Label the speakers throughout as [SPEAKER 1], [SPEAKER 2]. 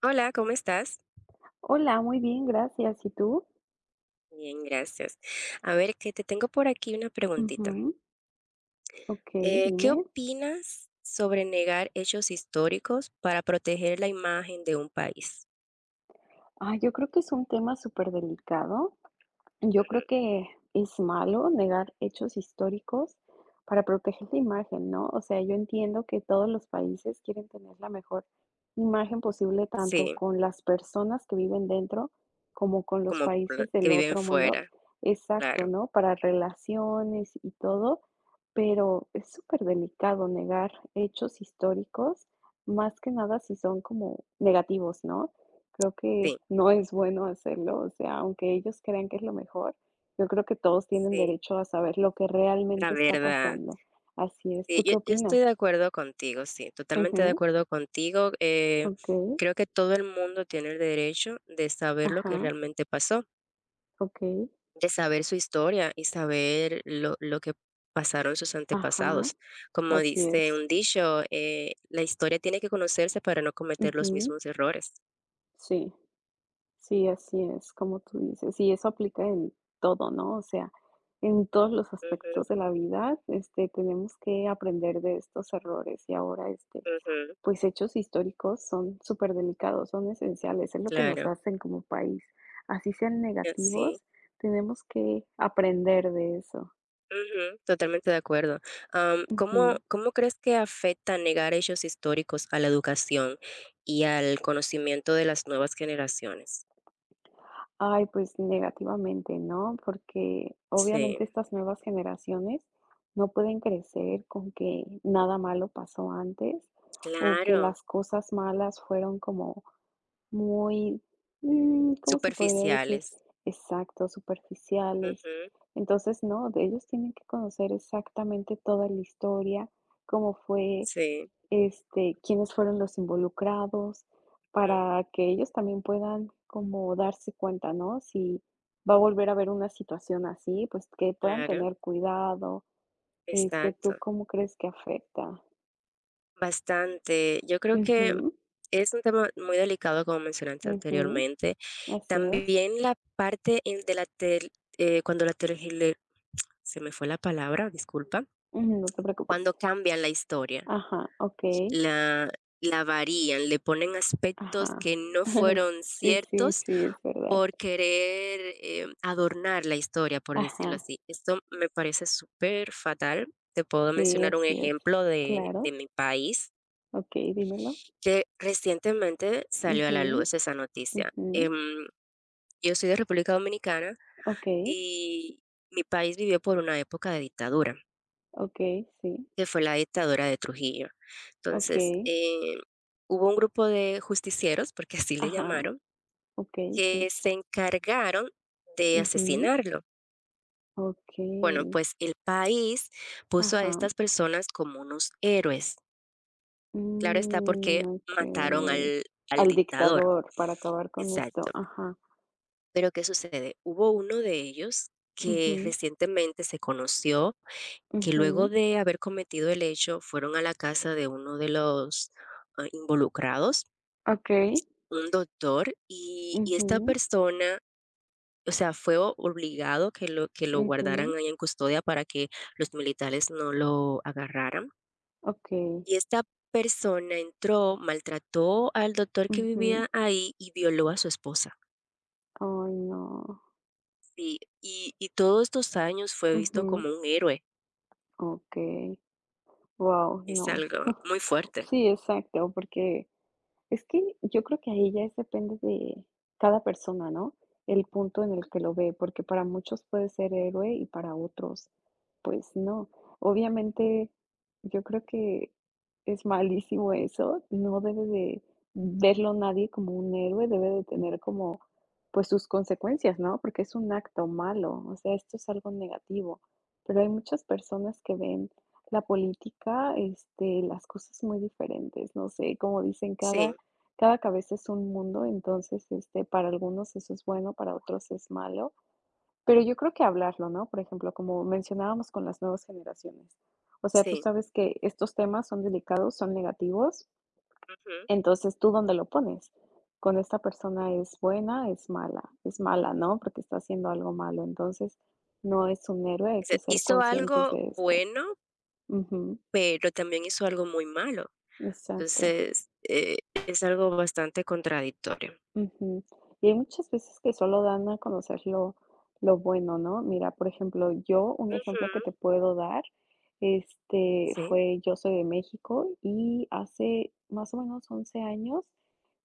[SPEAKER 1] Hola, ¿cómo estás?
[SPEAKER 2] Hola, muy bien, gracias. ¿Y tú?
[SPEAKER 1] Bien, gracias. A ver, que te tengo por aquí una preguntita.
[SPEAKER 2] Ujú, okey,
[SPEAKER 1] ¿Qué
[SPEAKER 2] dime.
[SPEAKER 1] opinas sobre negar hechos históricos para proteger la imagen de un país?
[SPEAKER 2] Ah, yo creo que es un tema súper delicado. Yo
[SPEAKER 1] Ujú.
[SPEAKER 2] creo que es malo negar hechos históricos para proteger la imagen, ¿no? O sea, yo entiendo que todos los países quieren tener la mejor imagen posible, tanto
[SPEAKER 1] Sí,
[SPEAKER 2] con las personas que viven dentro como con los
[SPEAKER 1] como por lo
[SPEAKER 2] países
[SPEAKER 1] que
[SPEAKER 2] del
[SPEAKER 1] viven
[SPEAKER 2] otro mundo.
[SPEAKER 1] fuera,
[SPEAKER 2] Exacto,
[SPEAKER 1] claro.
[SPEAKER 2] ¿no? Para relaciones y todo, pero es súper delicado negar hechos históricos, más que nada si son como negativos, ¿no? Creo que
[SPEAKER 1] Sí,
[SPEAKER 2] no es bueno hacerlo, o sea, aunque ellos crean que es lo mejor, yo creo que todos tienen
[SPEAKER 1] sí,
[SPEAKER 2] derecho a saber lo que
[SPEAKER 1] la
[SPEAKER 2] realmente está
[SPEAKER 1] verdad.
[SPEAKER 2] pasando. Así es,
[SPEAKER 1] Sí,
[SPEAKER 2] ¿tú qué
[SPEAKER 1] yo estoy
[SPEAKER 2] opinas?
[SPEAKER 1] de acuerdo contigo, sí, totalmente de
[SPEAKER 2] Ujú,
[SPEAKER 1] acuerdo contigo.
[SPEAKER 2] okey,
[SPEAKER 1] Creo que todo el mundo tiene el derecho de saber lo que
[SPEAKER 2] ajá,
[SPEAKER 1] realmente pasó,
[SPEAKER 2] okey,
[SPEAKER 1] de saber su historia y saber lo que pasaron sus
[SPEAKER 2] ajá,
[SPEAKER 1] antepasados. Como
[SPEAKER 2] así es.
[SPEAKER 1] dice un dicho, la historia tiene que conocerse para no cometer los
[SPEAKER 2] Ujú,
[SPEAKER 1] mismos errores.
[SPEAKER 2] sí, sí, así es, como tú dices, y eso aplica en todo, ¿no? O sea, en todos los
[SPEAKER 1] Ujú,
[SPEAKER 2] aspectos de la vida, este, tenemos que aprender de estos errores y ahora, este,
[SPEAKER 1] ujú,
[SPEAKER 2] pues hechos históricos son súper delicados, son esenciales, es lo que nos
[SPEAKER 1] claro,
[SPEAKER 2] hacen como país. Así sean
[SPEAKER 1] sí.
[SPEAKER 2] negativos, tenemos que aprender de eso.
[SPEAKER 1] Ujú, totalmente de acuerdo. ¿Cómo,
[SPEAKER 2] Ujú.
[SPEAKER 1] cómo crees que afecta negar hechos históricos a la educación y al conocimiento de las nuevas generaciones?
[SPEAKER 2] Ay, pues negativamente, ¿no? Porque
[SPEAKER 1] Sí,
[SPEAKER 2] obviamente estas nuevas generaciones no pueden crecer con que nada malo pasó antes o que
[SPEAKER 1] claro,
[SPEAKER 2] las cosas malas fueron como muy, ¿cómo se podría decir?
[SPEAKER 1] superficiales.
[SPEAKER 2] Exactos, superficiales.
[SPEAKER 1] Ujú,
[SPEAKER 2] Entonces, no, de ellos tienen que conocer exactamente toda la historia, cómo fue,
[SPEAKER 1] sí,
[SPEAKER 2] este, quiénes fueron los involucrados,
[SPEAKER 1] ujú,
[SPEAKER 2] para que ellos también puedan como darse cuenta, ¿no? Si va a volver a haber una situación así, pues que puedan
[SPEAKER 1] claro,
[SPEAKER 2] tener cuidado. Este, ¿tú
[SPEAKER 1] exacto.
[SPEAKER 2] cómo crees que afecta?
[SPEAKER 1] Bastante. Yo creo que
[SPEAKER 2] Ujú,
[SPEAKER 1] es un tema muy delicado, como mencionaste
[SPEAKER 2] ujú,
[SPEAKER 1] anteriormente.
[SPEAKER 2] así es.
[SPEAKER 1] También la parte en- de la tel- cuando la tergile- se me fue la palabra, disculpa.
[SPEAKER 2] Ujú, no te preocupes.
[SPEAKER 1] Cuando cambian la historia,
[SPEAKER 2] Ajá, okey,
[SPEAKER 1] la, la varían, le ponen aspectos
[SPEAKER 2] ajá.
[SPEAKER 1] que no fueron
[SPEAKER 2] Sí, sí,
[SPEAKER 1] ciertos
[SPEAKER 2] sí, es verdad.
[SPEAKER 1] por querer adornar la historia, por decirlo
[SPEAKER 2] Ajá,
[SPEAKER 1] así. Esto me parece súper fatal. Te puedo
[SPEAKER 2] sí,
[SPEAKER 1] mencionar un
[SPEAKER 2] así es.
[SPEAKER 1] ejemplo de,
[SPEAKER 2] Claro,
[SPEAKER 1] de mi país,
[SPEAKER 2] okey, dímelo.
[SPEAKER 1] que recientemente salió a
[SPEAKER 2] Ujú,
[SPEAKER 1] la luz esa noticia.
[SPEAKER 2] ujú,
[SPEAKER 1] Yo soy de República Dominicana
[SPEAKER 2] okey,
[SPEAKER 1] y mi país vivió por una época de dictadura,
[SPEAKER 2] okey, sí,
[SPEAKER 1] que fue la dictadura de Trujillo. Entonces,
[SPEAKER 2] okey,
[SPEAKER 1] hubo un grupo de justicieros, porque así le
[SPEAKER 2] ajá,
[SPEAKER 1] llamaron,
[SPEAKER 2] okey,
[SPEAKER 1] que
[SPEAKER 2] sí,
[SPEAKER 1] se encargaron de
[SPEAKER 2] ujú,
[SPEAKER 1] asesinarlo. Bueno,
[SPEAKER 2] okey,
[SPEAKER 1] pues el país puso a
[SPEAKER 2] ajá,
[SPEAKER 1] estas personas como unos héroes. Claro está
[SPEAKER 2] mm,
[SPEAKER 1] porque mataron
[SPEAKER 2] okey.
[SPEAKER 1] al
[SPEAKER 2] Al
[SPEAKER 1] dictador.
[SPEAKER 2] dictador para acabar con esto,
[SPEAKER 1] Exacto.
[SPEAKER 2] ajá,
[SPEAKER 1] Pero ¿qué sucede? Hubo uno de ellos que
[SPEAKER 2] ujú,
[SPEAKER 1] recientemente se conoció que luego
[SPEAKER 2] ujú,
[SPEAKER 1] de haber cometido el hecho fueron a la casa de uno de los involucrados,
[SPEAKER 2] okey,
[SPEAKER 1] un doctor, y esta
[SPEAKER 2] ujú,
[SPEAKER 1] persona, o sea, fue obligado que que lo
[SPEAKER 2] ujú,
[SPEAKER 1] guardaran ahí en custodia para que los militares no lo agarraran.
[SPEAKER 2] okey,
[SPEAKER 1] Y esta persona entró, maltrató al doctor que
[SPEAKER 2] ujú.
[SPEAKER 1] vivía ahí y violó a su esposa.
[SPEAKER 2] Ay, no.
[SPEAKER 1] Sí, y todos estos años fue visto
[SPEAKER 2] Ujú,
[SPEAKER 1] como un héroe.
[SPEAKER 2] okey. Wow, no.
[SPEAKER 1] Es algo muy fuerte.
[SPEAKER 2] Sí, exacto, porque es que yo creo que ahí ya es depende de cada persona, ¿no? El punto en el que lo ve, porque para muchos puede ser héroe y para otros, pues no. Obviamente, yo creo que es malísimo eso, no debe de verlo nadie como un héroe, debe de tener como, pues sus consecuencias, ¿no? Porque es un acto malo, o sea, esto es algo negativo, pero hay muchas personas que ven la política, este, las cosas muy diferentes, no sé, como dicen,
[SPEAKER 1] Sí,
[SPEAKER 2] cada cabeza es un mundo, entonces, este, para algunos eso es bueno, para otros es malo, pero yo creo que hablarlo, ¿no? Por ejemplo, como mencionábamos con las nuevas generaciones. O sea, tú
[SPEAKER 1] sí.
[SPEAKER 2] sabes que estos temas son delicados, son negativos,
[SPEAKER 1] Ujú.
[SPEAKER 2] entonces, ¿tú dónde lo pones? Con esta persona es buena, es mala, ¿no? Porque está haciendo algo malo, entonces no es un héroe, hay
[SPEAKER 1] O sea,
[SPEAKER 2] que ser
[SPEAKER 1] hizo
[SPEAKER 2] conscientes
[SPEAKER 1] algo
[SPEAKER 2] de esto.
[SPEAKER 1] bueno,
[SPEAKER 2] Ujú,
[SPEAKER 1] pero también hizo algo muy malo.
[SPEAKER 2] exacto.
[SPEAKER 1] Entonces, es algo bastante contradictorio.
[SPEAKER 2] Ujú. Y hay muchas veces que solo dan a conocer lo bueno, ¿no? Mira, por ejemplo, yo un ejemplo que te
[SPEAKER 1] Ujú.
[SPEAKER 2] puedo dar, este,
[SPEAKER 1] Sí,
[SPEAKER 2] fue yo soy de México y hace más o menos 11 años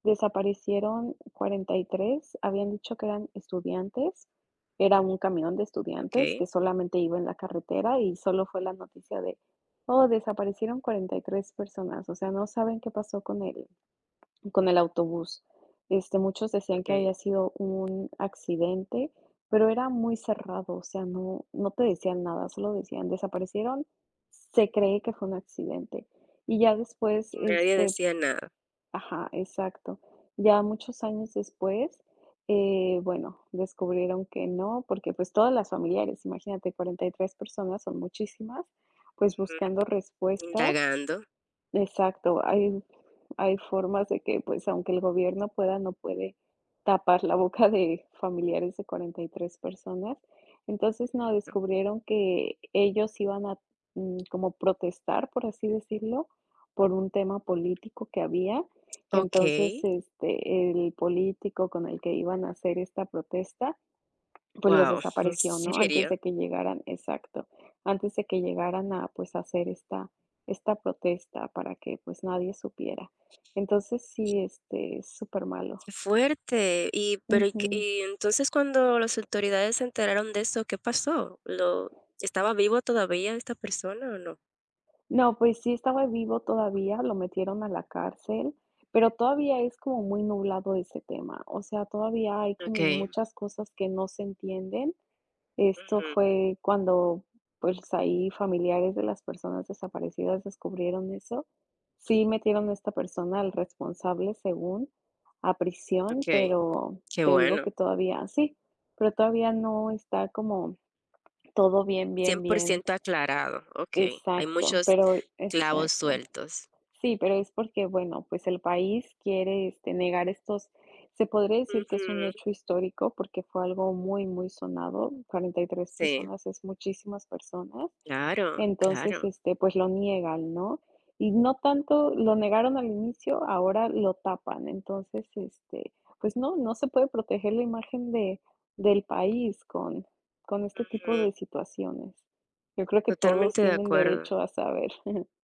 [SPEAKER 2] desaparecieron 43, habían dicho que eran estudiantes, era un camión de estudiantes
[SPEAKER 1] okey,
[SPEAKER 2] que solamente iba en la carretera y solo fue la noticia de: "Oh, desaparecieron 43 personas", o sea, no saben qué pasó con el autobús. Este, muchos decían que
[SPEAKER 1] okey.
[SPEAKER 2] había sido un accidente, pero era muy cerrado, o sea, no te decían nada, solo decían: "Desaparecieron, se cree que fue un accidente". Y ya después,
[SPEAKER 1] Y nadie
[SPEAKER 2] este,
[SPEAKER 1] decía nada.
[SPEAKER 2] ajá, exacto. Ya muchos años después, bueno, descubrieron que no, porque, pues, todas las familiares, imagínate, 43 personas, son muchísimas, pues,
[SPEAKER 1] Ujú.
[SPEAKER 2] buscando respuestas.
[SPEAKER 1] Indagando.
[SPEAKER 2] Exacto, hay formas de que, pues, aunque el gobierno pueda, no puede tapar la boca de familiares de 43 personas. Entonces, no, descubrieron que ellos iban a, como protestar, por así decirlo, por un tema político que había. Entonces,
[SPEAKER 1] Okey,
[SPEAKER 2] este, el político con el que iban a hacer esta protesta, pues los
[SPEAKER 1] wow, ¿en
[SPEAKER 2] desapareció, ¿no? Antes
[SPEAKER 1] serio?
[SPEAKER 2] de que llegaran exacto, antes de que llegaran a, pues, hacer esta protesta para que, pues, nadie supiera. Entonces sí, este, es súper malo.
[SPEAKER 1] Qué fuerte. Y pero, ¿y qué?
[SPEAKER 2] Ujú.
[SPEAKER 1] Y entonces, cuando las autoridades se enteraron de eso, ¿qué pasó? ¿Lo estaba vivo todavía esta persona o no?
[SPEAKER 2] No, pues sí estaba vivo todavía, lo metieron a la cárcel, pero todavía es como muy nublado ese tema, o sea, todavía hay como
[SPEAKER 1] Okey,
[SPEAKER 2] muchas cosas que no se entienden. Esto
[SPEAKER 1] ujú,
[SPEAKER 2] fue cuando, pues, ahí familiares de las personas desaparecidas descubrieron eso. Sí metieron a esta persona, al responsable, según, a prisión,
[SPEAKER 1] okey,
[SPEAKER 2] pero
[SPEAKER 1] qué
[SPEAKER 2] te digo
[SPEAKER 1] bueno.
[SPEAKER 2] que todavía sí, pero todavía no está como todo bien, bien,
[SPEAKER 1] cien por
[SPEAKER 2] bien.
[SPEAKER 1] ciento aclarado, okey. Hay
[SPEAKER 2] Exacto,
[SPEAKER 1] muchos
[SPEAKER 2] pero
[SPEAKER 1] clavos
[SPEAKER 2] exacto.
[SPEAKER 1] sueltos.
[SPEAKER 2] Sí, pero es porque, bueno, pues el país quiere, este, negar estos, se podría decir que es un
[SPEAKER 1] Ujú.
[SPEAKER 2] hecho histórico, porque fue algo muy, muy sonado. Cuarenta y tres
[SPEAKER 1] Sí,
[SPEAKER 2] personas es muchísimas personas,
[SPEAKER 1] claro,
[SPEAKER 2] entonces,
[SPEAKER 1] claro.
[SPEAKER 2] este, pues lo niegan, ¿no? Y no tanto lo negaron al inicio, ahora lo tapan, entonces, este, pues no, no se puede proteger la imagen de del país con este tipo
[SPEAKER 1] Ujú.
[SPEAKER 2] de situaciones. Yo creo que todos
[SPEAKER 1] Totalmente de
[SPEAKER 2] tienen
[SPEAKER 1] acuerdo.
[SPEAKER 2] derecho a saber.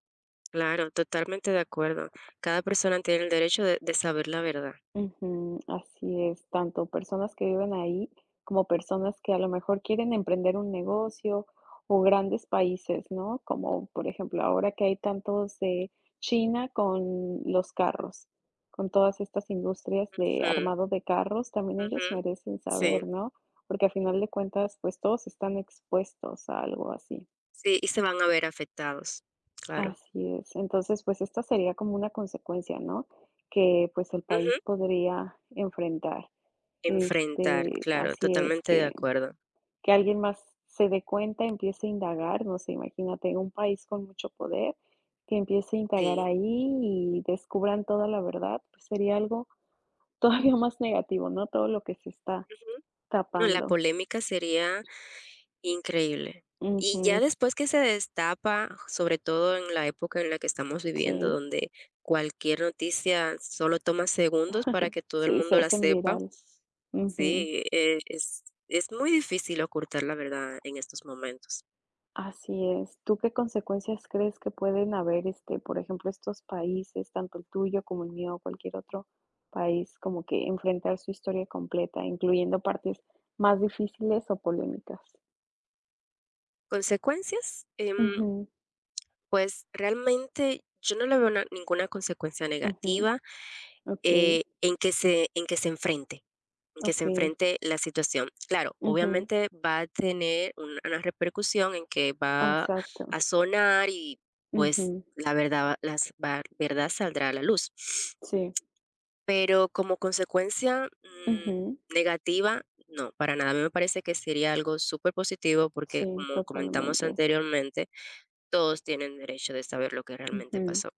[SPEAKER 1] Claro, totalmente de acuerdo. Cada persona tiene el derecho de saber la verdad.
[SPEAKER 2] Ujú, así es, tanto personas que viven ahí como personas que a lo mejor quieren emprender un negocio o grandes países, ¿no? Como por ejemplo, ahora que hay tantos de China con los carros, con todas estas industrias de armado de carros, también
[SPEAKER 1] Ujú, ujú.
[SPEAKER 2] ellos merecen
[SPEAKER 1] Sí,
[SPEAKER 2] saber, ¿no? Porque a final de cuentas, pues todos están expuestos a algo así.
[SPEAKER 1] sí, y se van a ver afectados. Claro.
[SPEAKER 2] Así es. Entonces, pues esta sería como una consecuencia, ¿no? Que pues el país
[SPEAKER 1] Ujú.
[SPEAKER 2] podría enfrentar.
[SPEAKER 1] Enfrentar,
[SPEAKER 2] Este,
[SPEAKER 1] claro,
[SPEAKER 2] así es,
[SPEAKER 1] totalmente de
[SPEAKER 2] que
[SPEAKER 1] acuerdo.
[SPEAKER 2] que alguien más se dé cuenta, empiece a indagar, no sé, imagínate, un país con mucho poder, que empiece a indagar
[SPEAKER 1] Sí.
[SPEAKER 2] ahí y descubran toda la verdad, pues sería algo todavía más negativo, ¿no? Todo lo que se está
[SPEAKER 1] Ujú. No, la
[SPEAKER 2] tapando.
[SPEAKER 1] polémica sería increíble. Y ya
[SPEAKER 2] Ujú,
[SPEAKER 1] después que se destapa, sobre todo en la época en la que estamos viviendo,
[SPEAKER 2] sí,
[SPEAKER 1] donde cualquier noticia solo toma segundos para que todo el
[SPEAKER 2] sí, se
[SPEAKER 1] mundo la
[SPEAKER 2] hacen
[SPEAKER 1] sepa,
[SPEAKER 2] viral. Ujú.
[SPEAKER 1] sí, es muy difícil ocultar la verdad en estos momentos.
[SPEAKER 2] Así es. ¿Tú qué consecuencias crees que pueden haber, este, por ejemplo, estos países, tanto el tuyo como el mío, o cualquier otro país, como que enfrentar su historia completa, incluyendo partes más difíciles o polémicas?
[SPEAKER 1] ¿Consecuencias?
[SPEAKER 2] Ujú,
[SPEAKER 1] Pues realmente yo no le veo ninguna consecuencia
[SPEAKER 2] ujú,
[SPEAKER 1] negativa,
[SPEAKER 2] okey,
[SPEAKER 1] en que se enfrente. Que se
[SPEAKER 2] okey.
[SPEAKER 1] enfrente la situación. Claro,
[SPEAKER 2] Ujú,
[SPEAKER 1] obviamente va a tener una repercusión en que va
[SPEAKER 2] exacto.
[SPEAKER 1] a sonar y pues
[SPEAKER 2] Ujú,
[SPEAKER 1] la verdad, verdad saldrá a la luz.
[SPEAKER 2] sí.
[SPEAKER 1] Pero como consecuencia
[SPEAKER 2] Ujú,
[SPEAKER 1] negativa, no, para nada. A mí me parece que sería algo súper positivo porque
[SPEAKER 2] sí,
[SPEAKER 1] como comentamos
[SPEAKER 2] totalmente.
[SPEAKER 1] anteriormente, todos tienen derecho de saber lo que realmente
[SPEAKER 2] Ujú,
[SPEAKER 1] pasó.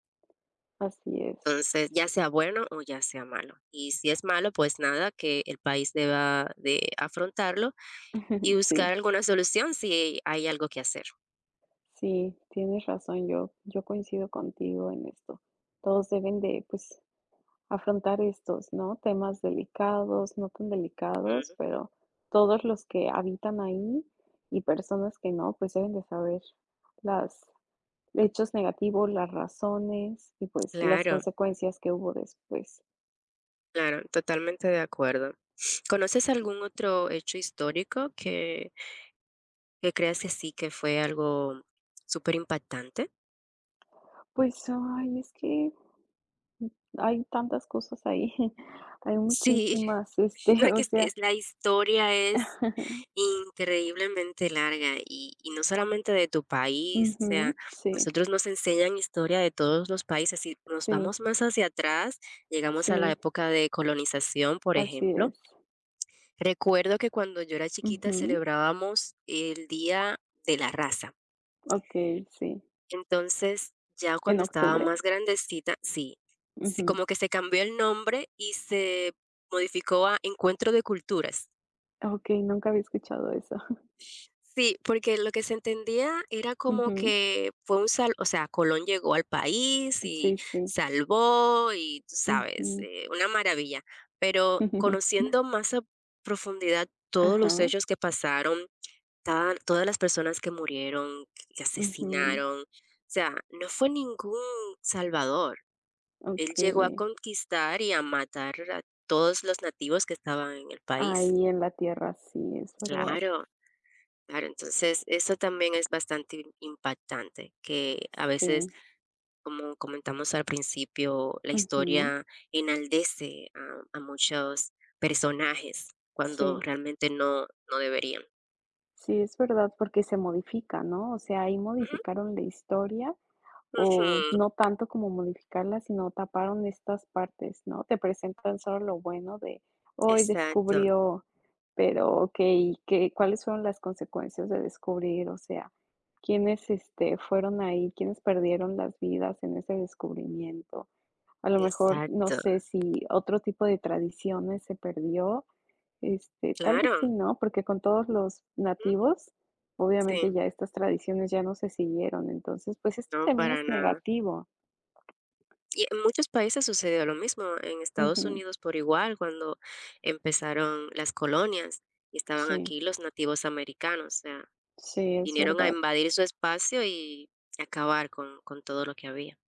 [SPEAKER 2] así es.
[SPEAKER 1] Entonces, ya sea bueno o ya sea malo. Y si es malo, pues nada, que el país deba de afrontarlo y buscar
[SPEAKER 2] Sí,
[SPEAKER 1] alguna solución si hay algo que hacer.
[SPEAKER 2] sí, tienes razón, yo coincido contigo en esto. Todos deben de, pues afrontar estos, ¿no? Temas delicados, no tan delicados,
[SPEAKER 1] Ujú.
[SPEAKER 2] pero todos los que habitan ahí y personas que no, pues deben de saber los hechos negativos, las razones y pues las
[SPEAKER 1] Claro,
[SPEAKER 2] consecuencias que hubo después.
[SPEAKER 1] claro, totalmente de acuerdo. ¿Conoces algún otro hecho histórico que creas que sí, que fue algo súper impactante?
[SPEAKER 2] Pues, ay, es que hay tantas cosas ahí, hay
[SPEAKER 1] Sí,
[SPEAKER 2] muchísimas, este,
[SPEAKER 1] no, que
[SPEAKER 2] o sea,
[SPEAKER 1] la historia es increíblemente larga y no solamente de tu país, o
[SPEAKER 2] ujú,
[SPEAKER 1] sea,
[SPEAKER 2] sí,
[SPEAKER 1] nosotros nos enseñan historia de todos los países y nos
[SPEAKER 2] sí,
[SPEAKER 1] vamos más hacia atrás, llegamos a la
[SPEAKER 2] sí,
[SPEAKER 1] época de colonización, por
[SPEAKER 2] así
[SPEAKER 1] ejemplo.
[SPEAKER 2] es.
[SPEAKER 1] Recuerdo que cuando yo era chiquita
[SPEAKER 2] Ujú,
[SPEAKER 1] celebrábamos el Día de la Raza.
[SPEAKER 2] okey, sí.
[SPEAKER 1] Entonces, ya
[SPEAKER 2] ¿En
[SPEAKER 1] cuando estaba
[SPEAKER 2] octubre?
[SPEAKER 1] más grandecita, sí, sí,
[SPEAKER 2] Ujú.
[SPEAKER 1] como que se cambió el nombre y se modificó a Encuentro de Culturas.
[SPEAKER 2] Okey, nunca había escuchado eso.
[SPEAKER 1] Sí, porque lo que se entendía era como
[SPEAKER 2] Ujú.
[SPEAKER 1] que fue o sea, Colón llegó al país y
[SPEAKER 2] Sí, sí.
[SPEAKER 1] salvó y, tú sabes,
[SPEAKER 2] Ujú.
[SPEAKER 1] una maravilla. Pero conociendo más a profundidad todos
[SPEAKER 2] Ajá.
[SPEAKER 1] los hechos que pasaron. Estaban todas las personas que murieron, que
[SPEAKER 2] Ujú.
[SPEAKER 1] asesinaron, o sea, no fue ningún salvador. Él llegó a
[SPEAKER 2] Okey.
[SPEAKER 1] conquistar y a matar a todos los nativos que estaban en el país.
[SPEAKER 2] Ahí en la tierra, sí, es verdad.
[SPEAKER 1] Claro, claro. Entonces, eso también es bastante impactante, que a veces,
[SPEAKER 2] Sí.
[SPEAKER 1] como comentamos al principio, la
[SPEAKER 2] Ujú.
[SPEAKER 1] historia enaldece a muchos personajes cuando
[SPEAKER 2] Sí.
[SPEAKER 1] realmente no, no deberían.
[SPEAKER 2] Sí, es verdad, porque se modifica, ¿no? O sea, ahí
[SPEAKER 1] Ujú,
[SPEAKER 2] modificaron la historia, o
[SPEAKER 1] ujú,
[SPEAKER 2] no tanto como modificarlas, sino taparon estas partes, ¿no? Te presentan solo lo bueno de hoy
[SPEAKER 1] exacto,
[SPEAKER 2] descubrió, pero okey, ¿qué cuáles fueron las consecuencias de descubrir? O sea, ¿quiénes, este, fueron ahí? ¿Quiénes perdieron las vidas en ese descubrimiento? A lo mejor, no
[SPEAKER 1] exacto.
[SPEAKER 2] sé si otro tipo de tradiciones se perdió, este, tal vez sí,
[SPEAKER 1] Claro,
[SPEAKER 2] ¿no? Porque con todos los
[SPEAKER 1] ujú,
[SPEAKER 2] nativos, obviamente
[SPEAKER 1] sí,
[SPEAKER 2] ya estas tradiciones ya no se siguieron. Entonces, pues esto
[SPEAKER 1] no,
[SPEAKER 2] también es
[SPEAKER 1] para nada.
[SPEAKER 2] negativo.
[SPEAKER 1] Y en muchos países sucedió lo mismo, en Estados
[SPEAKER 2] Ujú.
[SPEAKER 1] Unidos por igual, cuando empezaron las colonias y estaban
[SPEAKER 2] Sí,
[SPEAKER 1] aquí los nativos americanos, o sea,
[SPEAKER 2] sí, es
[SPEAKER 1] vinieron a
[SPEAKER 2] verdad.
[SPEAKER 1] invadir su espacio y acabar con todo lo que había.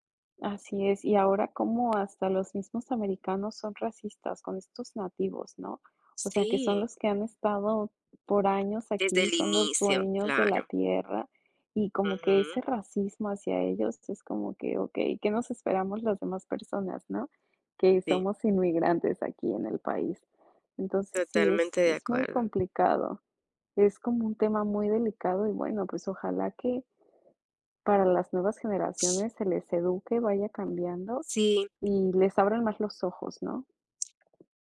[SPEAKER 2] Así es, y ahora como hasta los mismos americanos son racistas con estos nativos, ¿no? O sea, que son
[SPEAKER 1] Sí,
[SPEAKER 2] los que han estado por años
[SPEAKER 1] desde
[SPEAKER 2] aquí,
[SPEAKER 1] el
[SPEAKER 2] son los
[SPEAKER 1] inicio,
[SPEAKER 2] dueños de la
[SPEAKER 1] claro.
[SPEAKER 2] tierra y como que
[SPEAKER 1] Ujú,
[SPEAKER 2] ese racismo hacia ellos es como que, okey, ¿qué nos esperamos las demás personas, no? Que
[SPEAKER 1] sí,
[SPEAKER 2] somos inmigrantes aquí en el país. Entonces sí, es
[SPEAKER 1] totalmente de
[SPEAKER 2] es muy
[SPEAKER 1] acuerdo.
[SPEAKER 2] complicado, es como un tema muy delicado y bueno, pues ojalá que para las nuevas generaciones se les eduque, vaya cambiando
[SPEAKER 1] Sí,
[SPEAKER 2] y les abran más los ojos, ¿no?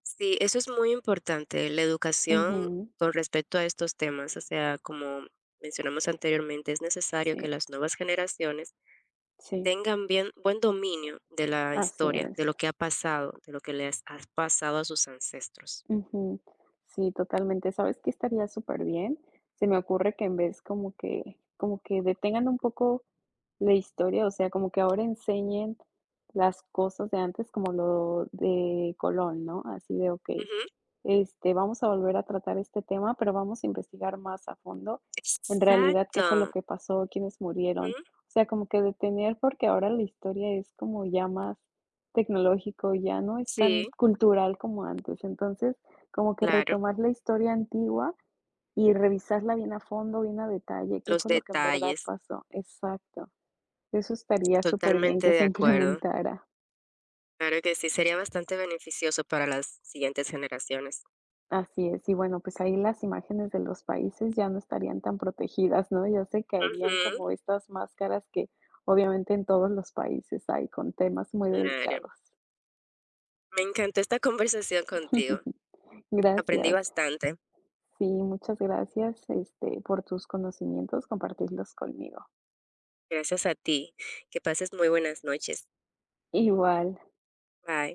[SPEAKER 1] sí, eso es muy importante, la educación
[SPEAKER 2] Ujú.
[SPEAKER 1] con respecto a estos temas. O sea, como mencionamos anteriormente, es necesario que
[SPEAKER 2] Sí,
[SPEAKER 1] las nuevas generaciones
[SPEAKER 2] sí.
[SPEAKER 1] tengan bien buen dominio de la
[SPEAKER 2] Así
[SPEAKER 1] historia, de
[SPEAKER 2] es.
[SPEAKER 1] lo que ha pasado, de lo que les ha pasado a sus ancestros.
[SPEAKER 2] Ujú. Sí, totalmente. ¿Sabes qué estaría súper bien? Se me ocurre que en vez como que detengan un poco la historia, o sea, como que ahora enseñen las cosas de antes, como lo de Colón, ¿no? Así de, okey,
[SPEAKER 1] Ujú,
[SPEAKER 2] este, vamos a volver a tratar este tema, pero vamos a investigar más a fondo, en realidad, qué fue lo
[SPEAKER 1] exacto.
[SPEAKER 2] que pasó, quiénes murieron.
[SPEAKER 1] Ujú,
[SPEAKER 2] O sea, como que detener, porque ahora la historia es como ya más tecnológico, ya no es tan
[SPEAKER 1] sí,
[SPEAKER 2] cultural como antes. Entonces, como que
[SPEAKER 1] claro,
[SPEAKER 2] retomar la historia antigua y revisarla bien a fondo, bien a detalle, qué
[SPEAKER 1] los
[SPEAKER 2] fue lo que en verdad
[SPEAKER 1] detalles,
[SPEAKER 2] pasó. Exacto. Eso estaría súper bien
[SPEAKER 1] totalmente
[SPEAKER 2] que se
[SPEAKER 1] de acuerdo.
[SPEAKER 2] implementara.
[SPEAKER 1] Claro que sí, sería bastante beneficioso para las siguientes generaciones.
[SPEAKER 2] Así es, y bueno, pues ahí las imágenes de los países ya no estarían tan protegidas, ¿no? Ya se caerían
[SPEAKER 1] Ujú,
[SPEAKER 2] como estas máscaras que obviamente en todos los países hay con temas muy
[SPEAKER 1] claro.
[SPEAKER 2] delicados.
[SPEAKER 1] Me encantó esta conversación contigo. Aprendí
[SPEAKER 2] Gracias.
[SPEAKER 1] bastante,
[SPEAKER 2] Sí, muchas gracias, este, por tus conocimientos, compartirlos conmigo.
[SPEAKER 1] gracias a ti. Que pases muy buenas noches.
[SPEAKER 2] Igual.
[SPEAKER 1] Bye.